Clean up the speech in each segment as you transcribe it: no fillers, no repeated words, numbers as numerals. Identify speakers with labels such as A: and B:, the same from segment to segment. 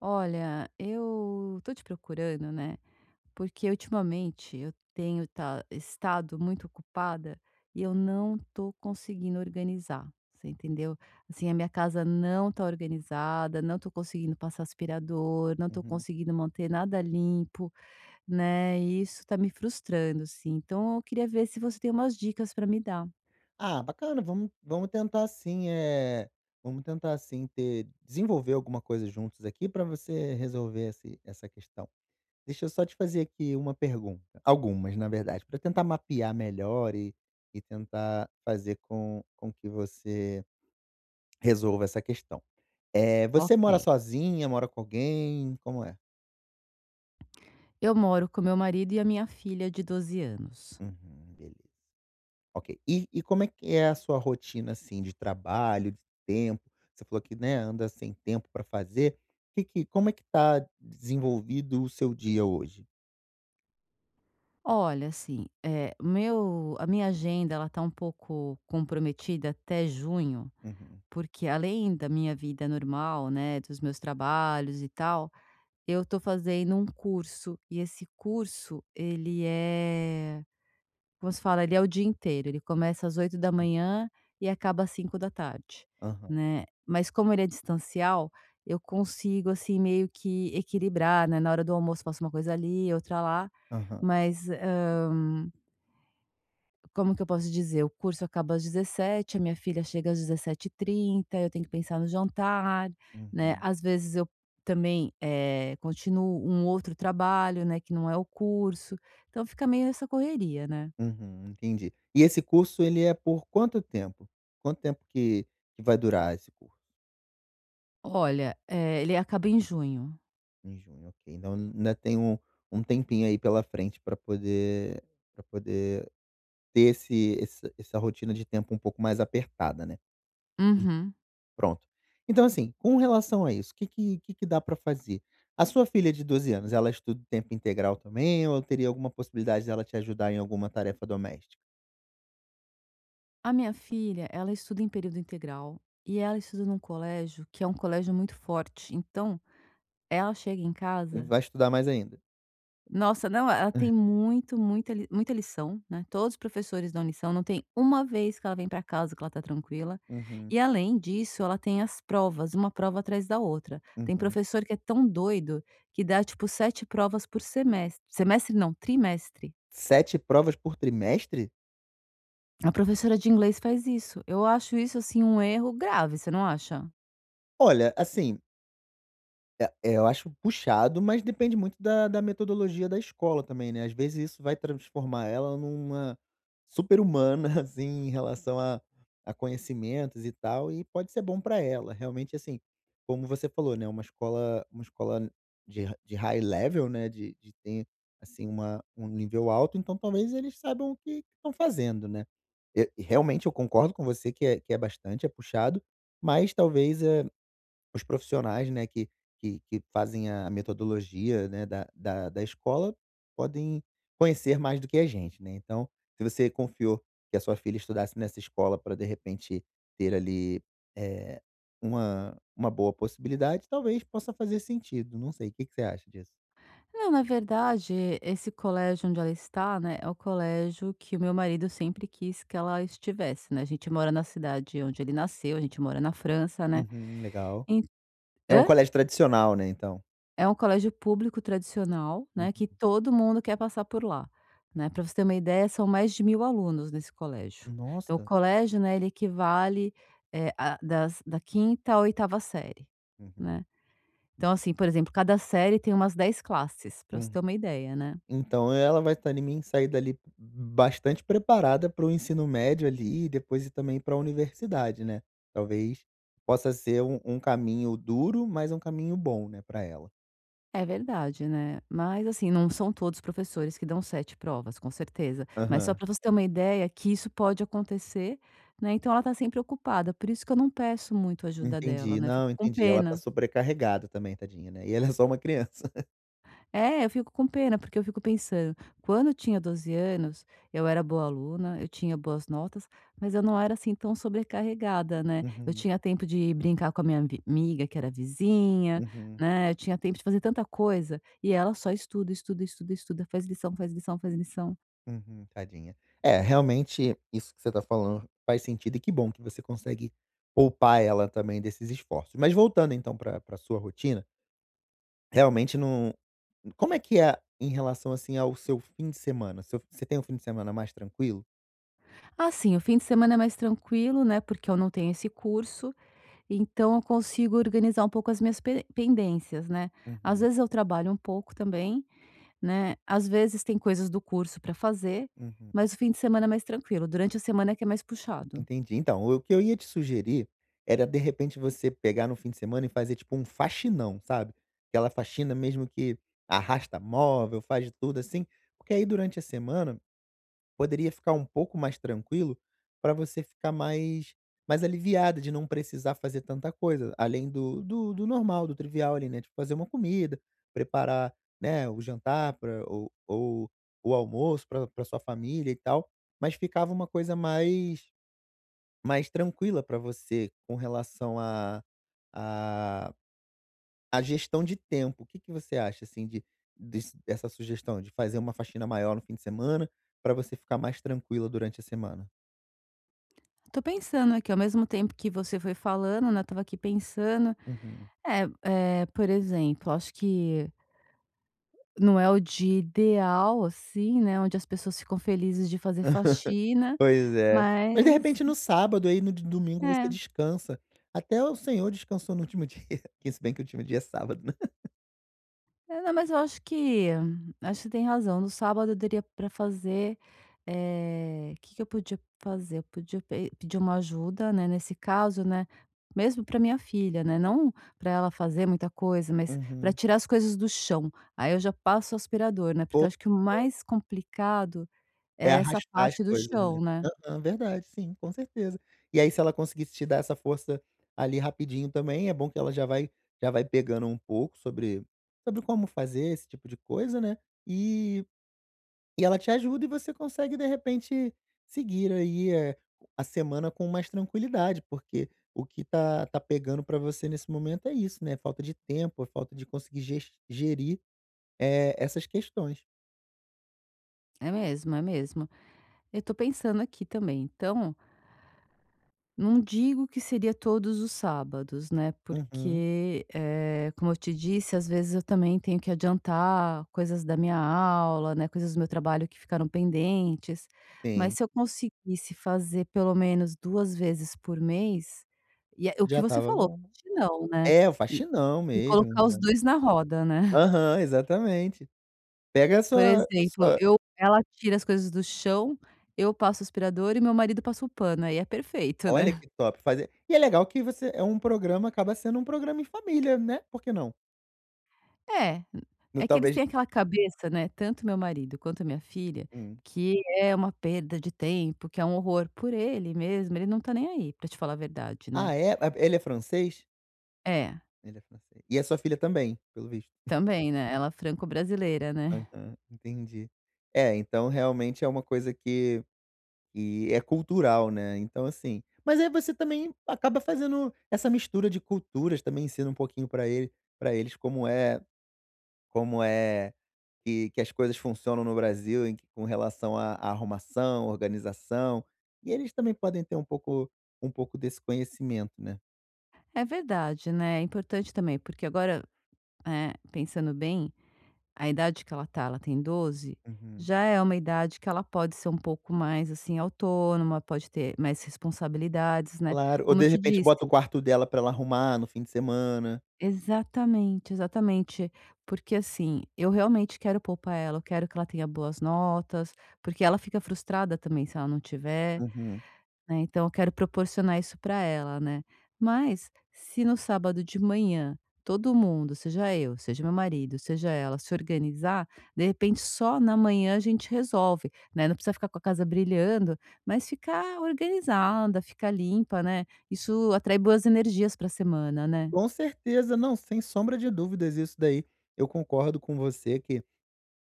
A: Olha, eu tô te procurando, né? Porque ultimamente eu tenho estado muito ocupada e eu não tô conseguindo organizar, você entendeu? Assim, a minha casa não tá organizada, não tô conseguindo passar aspirador, não tô
B: Uhum.
A: conseguindo manter nada limpo, né? E isso tá me frustrando, assim. Então eu queria ver se você tem umas dicas pra me dar.
B: Ah, bacana, vamos tentar assim. É, vamos tentar assim ter desenvolver alguma coisa juntos aqui para você resolver esse essa questão. Deixa eu só te fazer aqui uma pergunta, algumas na verdade, para tentar mapear melhor e tentar fazer com que você resolva essa questão. É, você
A: Ok.
B: mora sozinha, mora com alguém, como é?
A: Eu moro com meu marido e a minha filha de 12 anos.
B: Uhum, beleza. Ok. E como é que é a sua rotina, assim, de trabalho, de tempo? Você falou que, né, anda sem tempo para fazer. Que Como é que tá desenvolvido o seu dia hoje?
A: Olha, assim, meu a minha agenda ela tá um pouco comprometida até junho,
B: Uhum.
A: porque além da minha vida normal, né, dos meus trabalhos e tal, eu tô fazendo um curso e esse curso ele é, como se fala, ele é o dia inteiro, ele começa às 8 da manhã e acaba às 5 da tarde,
B: Aham,
A: né. Mas como ele é distancial, eu consigo, assim, meio que equilibrar, né, na hora do almoço faço uma coisa ali, outra lá,
B: aham,
A: mas, como que eu posso dizer? O curso acaba às 17, a minha filha chega às 17h30, eu tenho que pensar no jantar, né.
B: uhum.
A: Às vezes eu também, continuo um outro trabalho, né, que não é o curso, então fica meio essa correria, né.
B: Uhum, entendi. E esse curso ele é por quanto tempo? Quanto tempo que vai durar esse curso?
A: Olha, ele acaba em junho.
B: Em junho, ok. Então ainda tem um tempinho aí pela frente para poder para poder ter esse essa essa rotina de tempo um pouco mais apertada, né. Hum.
A: Uhum.
B: Pronto. Então assim, com relação a isso, o que que dá para fazer? A sua filha de 12 anos, ela estuda em tempo integral também ou teria alguma possibilidade dela te ajudar em alguma tarefa doméstica?
A: A minha filha, ela estuda em período integral e ela estuda num colégio que é um colégio muito forte, então ela chega em
B: E
A: casa.
B: vai estudar mais ainda?
A: Nossa, não, ela tem muito, muita lição, né, todos os professores dão lição, não tem uma vez que ela vem para casa que ela tá tranquila.
B: Uhum,
A: E além disso, ela tem as provas, uma prova atrás da outra. Tem
B: uhum.
A: professor que é tão doido que dá, tipo, 7 provas por semestre, semestre não, trimestre.
B: 7 provas por trimestre?
A: A professora de inglês faz isso. Eu acho isso, assim, um erro grave, você não acha?
B: Olha, assim, é, eu acho puxado, mas depende muito da metodologia da escola também, né. Às vezes isso vai transformar ela numa super-humana, assim, em relação a conhecimentos e tal, e pode ser bom para ela. Realmente, assim, como você falou, né, uma escola de high level, né, de ter, assim, uma um nível alto, então talvez eles saibam o que estão fazendo, né. E realmente eu concordo com você que é bastante, é puxado, mas talvez, os profissionais, né, que fazem a metodologia, né, da escola, podem conhecer mais do que a gente, né. Então, se você confiou que a sua filha estudasse nessa escola para de repente, ter ali, eh, uma boa possibilidade, talvez possa fazer sentido, não sei, o que que você acha disso?
A: Não, na verdade, esse colégio onde ela está, né, é o colégio que o meu marido sempre quis que ela estivesse, né. A gente mora na cidade onde ele nasceu, a gente mora na França, né.
B: Uhum, legal.
A: En
B: É um
A: Hã?
B: colégio tradicional, né, então?
A: É um colégio público tradicional, né,
B: Hum.
A: que todo mundo quer passar por lá, né. Para você ter uma ideia, são mais de 1.000 alunos nesse colégio. Então o
B: Nossa!
A: colégio, né, ele equivale, a das da quinta ª à 8ª série,
B: Uhum.
A: né. Então assim, por exemplo, cada série tem umas 10 classes, para você
B: Uhum.
A: ter uma ideia, né.
B: Então ela vai estar em mim sair dali bastante preparada para o ensino médio ali e depois ir também para a universidade, né. Talvez possa ser um caminho duro, mas um caminho bom, né, para ela.
A: É verdade, né. Mas assim, não são todos professores que dão 7 provas, com certeza. Mas só
B: Aham.
A: para você ter uma ideia que isso pode acontecer, né, então ela tá sempre ocupada, por isso que eu não peço muito ajuda dela,
B: Entendi.
A: né, fico
B: Não,
A: com
B: entendi. Ela tá
A: pena.
B: sobrecarregada também, tadinha, né. E ela é só uma criança.
A: É, eu fico com pena, porque eu fico pensando, quando eu tinha 12 anos, eu era boa aluna, eu tinha boas notas, mas eu não era assim tão sobrecarregada, né. Eu
B: Uhum,
A: tinha tempo de brincar com a minha vi amiga que era vizinha,
B: uhum,
A: né, eu tinha tempo de fazer tanta coisa, e ela só estuda, estuda, estuda, estuda, faz lição, faz lição, faz lição.
B: uhum, tadinha. É, realmente isso que você tá falando faz sentido e que bom que você consegue poupar ela também desses esforços. Mas voltando então pra sua rotina, Realmente não, como é que é em relação, assim, ao seu fim de semana? Seu Você tem um fim de semana mais tranquilo?
A: Assim, o fim de semana é mais tranquilo, né, porque eu não tenho esse curso, então eu consigo organizar um pouco as minhas pe pendências, né. Às
B: Uhum,
A: vezes eu trabalho um pouco também, né, às vezes tem coisas do curso para fazer,
B: uhum.
A: mas o fim de semana é mais tranquilo, durante a semana é que é mais puxado.
B: Entendi. Então, o que eu ia te sugerir era, de repente, você pegar no fim de semana e fazer, tipo, um faxinão, sabe? Aquela faxina mesmo que arrasta móvel, faz de tudo, assim, porque aí durante a semana poderia ficar um pouco mais tranquilo para você ficar mais aliviada de não precisar fazer tanta coisa, além do normal, do trivial ali, né, tipo fazer uma comida, preparar, né, o jantar pra ou o almoço para pra sua família e tal, mas ficava uma coisa mais tranquila para você com relação a a gestão de tempo, o que que você acha, assim, de dessa sugestão de fazer uma faxina maior no fim de semana, para você ficar mais tranquila durante a semana?
A: Tô pensando aqui, ao mesmo tempo que você foi falando, né, eu estava aqui pensando,
B: Uhum.
A: é por exemplo, acho que não é o dia ideal, assim, né, onde as pessoas ficam felizes de fazer faxina,
B: Pois é. Mas de
A: mas
B: repente no sábado, aí no d domingo você
A: é.
B: descansa. Até o Senhor descansou no último dia, que se bem que o último dia é sábado, né.
A: É, não, mas eu acho que tem razão. No sábado eu daria para fazer, o que que eu podia fazer? Eu podia pe pedir uma ajuda, né, nesse caso, né, mesmo para minha filha, né, não para ela fazer muita coisa, mas para
B: Uhum.
A: tirar as coisas do chão. Aí eu já passo o aspirador, né, porque eu acho que o mais complicado
B: É
A: é essa
B: arrastar as
A: parte do
B: coisas, né.
A: chão, né.
B: Aham, verdade, sim, com certeza. E aí se ela conseguisse te dar essa força ali rapidinho também, é bom que ela já vai pegando um pouco sobre como fazer esse tipo de coisa, né. E e ela te ajuda e você consegue de repente seguir aí, a semana com mais tranquilidade, porque o que tá pegando pra você nesse momento é isso, né, falta de tempo, falta de conseguir ges gerir, essas questões.
A: É mesmo, é mesmo. Eu tô pensando aqui também, então não digo que seria todos os sábados, né,
B: Uhum,
A: porque, como eu te disse, às vezes eu também tenho que adiantar coisas da minha aula, né, coisas do meu trabalho que ficaram pendentes, mas
B: sim,
A: se eu conseguisse fazer pelo menos 2 vezes por mês, e é o que
B: já
A: você
B: estava
A: falou,
B: bom.
A: não, né,
B: É, o
A: e
B: faxinão
A: e
B: mesmo,
A: colocar os
B: né.
A: 2 na roda, né.
B: Aham, exatamente. Pega a
A: Por
B: sua
A: exemplo,
B: sua
A: eu ela tira as coisas do chão, eu passo o aspirador e meu marido passa o pano, aí é perfeito,
B: Olha
A: né.
B: que top, fazer e é legal que você é um programa acaba sendo um programa em família, né, por que não?
A: É,
B: No
A: é que eles
B: talvez
A: têm aquela cabeça, né, tanto meu marido quanto minha filha,
B: Hum.
A: que é uma perda de tempo, que é um horror por ele mesmo, ele não tá nem aí, pra te falar a verdade, né.
B: Ah, é? Ah, ele é francês?
A: É,
B: Ele é francês. E a sua filha também, pelo visto?
A: também, né, ela é franco-brasileira, né.
B: Aham, entendi. É, então realmente é uma coisa que é cultural, né, então assim mas aí você também acaba fazendo essa mistura de culturas, também ensina um pouquinho pra eles como é que as coisas funcionam no Brasil em que com relação à arrumação, organização, e eles também podem ter um pouco desse conhecimento, né.
A: É verdade, né, é importante também, porque agora, pensando bem, a idade que ela tá, ela tem 12,
B: Uhum.
A: já é uma idade que ela pode ser um pouco mais, assim, autônoma, pode ter mais responsabilidades, né.
B: Claro, ou
A: Como eu
B: de
A: te
B: repente bota o
A: disse,
B: quarto dela para ela arrumar no fim de semana.
A: exatamente, exatamente. Porque assim, eu realmente quero poupar ela, eu quero que ela tenha boas notas, porque ela fica frustrada também se ela não tiver,
B: Uhum.
A: né, então eu quero proporcionar isso para ela, né. Mas, se no sábado de manhã todo mundo, seja eu, seja meu marido, seja ela, se organizar, de repente só na manhã a gente resolve, né, não precisa ficar com a casa brilhando, mas ficar organizada, ficar limpa, né, isso atrai boas energias para a semana, né.
B: Com certeza, não, sem sombra de dúvidas isso daí, eu concordo com você que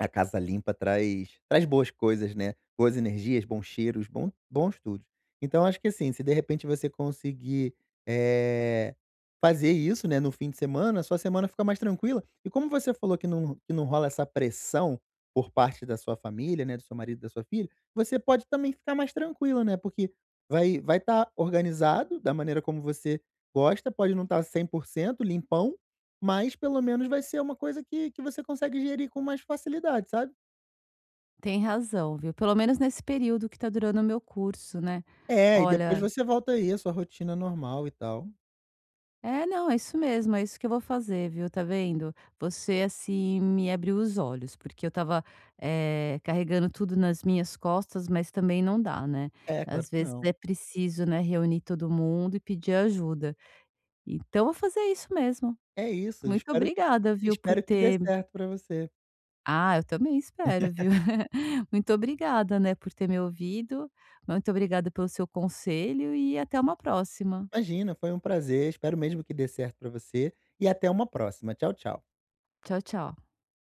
B: a casa limpa traz boas coisas, né, boas energias, bons cheiros, bom bons tudo. Então acho que assim, se de repente você conseguir, eh, fazer isso, né, no fim de semana, sua semana fica mais tranquila. E como você falou que não rola essa pressão por parte da sua família, né, do seu marido, da sua filha, você pode também ficar mais tranquila, né, porque vai estar organizado da maneira como você gosta, pode não estar 100% limpão, mas pelo menos vai ser uma coisa que você consegue gerir com mais facilidade, sabe.
A: Tem razão, viu. Pelo menos nesse período que tá durando o meu curso, né.
B: É, e depois
A: Olha,
B: você volta aí à sua rotina normal e tal.
A: é, não, é isso mesmo, é isso que eu vou fazer, viu, tá vendo. Você, assim, me abriu os olhos, porque eu tava carregando tudo nas minhas costas, mas também não dá, né.
B: É, claro
A: Às
B: que
A: vezes
B: não.
A: é preciso, né, reunir todo mundo e pedir ajuda. Então eu vou fazer isso mesmo.
B: É isso,
A: Muito obrigada, viu, por
B: espero que dê
A: ter.
B: certo pra você.
A: Ah, eu também espero, viu. Muito obrigada, né, por ter me ouvido. Muito obrigada pelo seu conselho e até uma próxima.
B: Imagina, foi um prazer, espero mesmo que dê certo pra você, e até uma próxima. Tchau, tchau.
A: Tchau, tchau.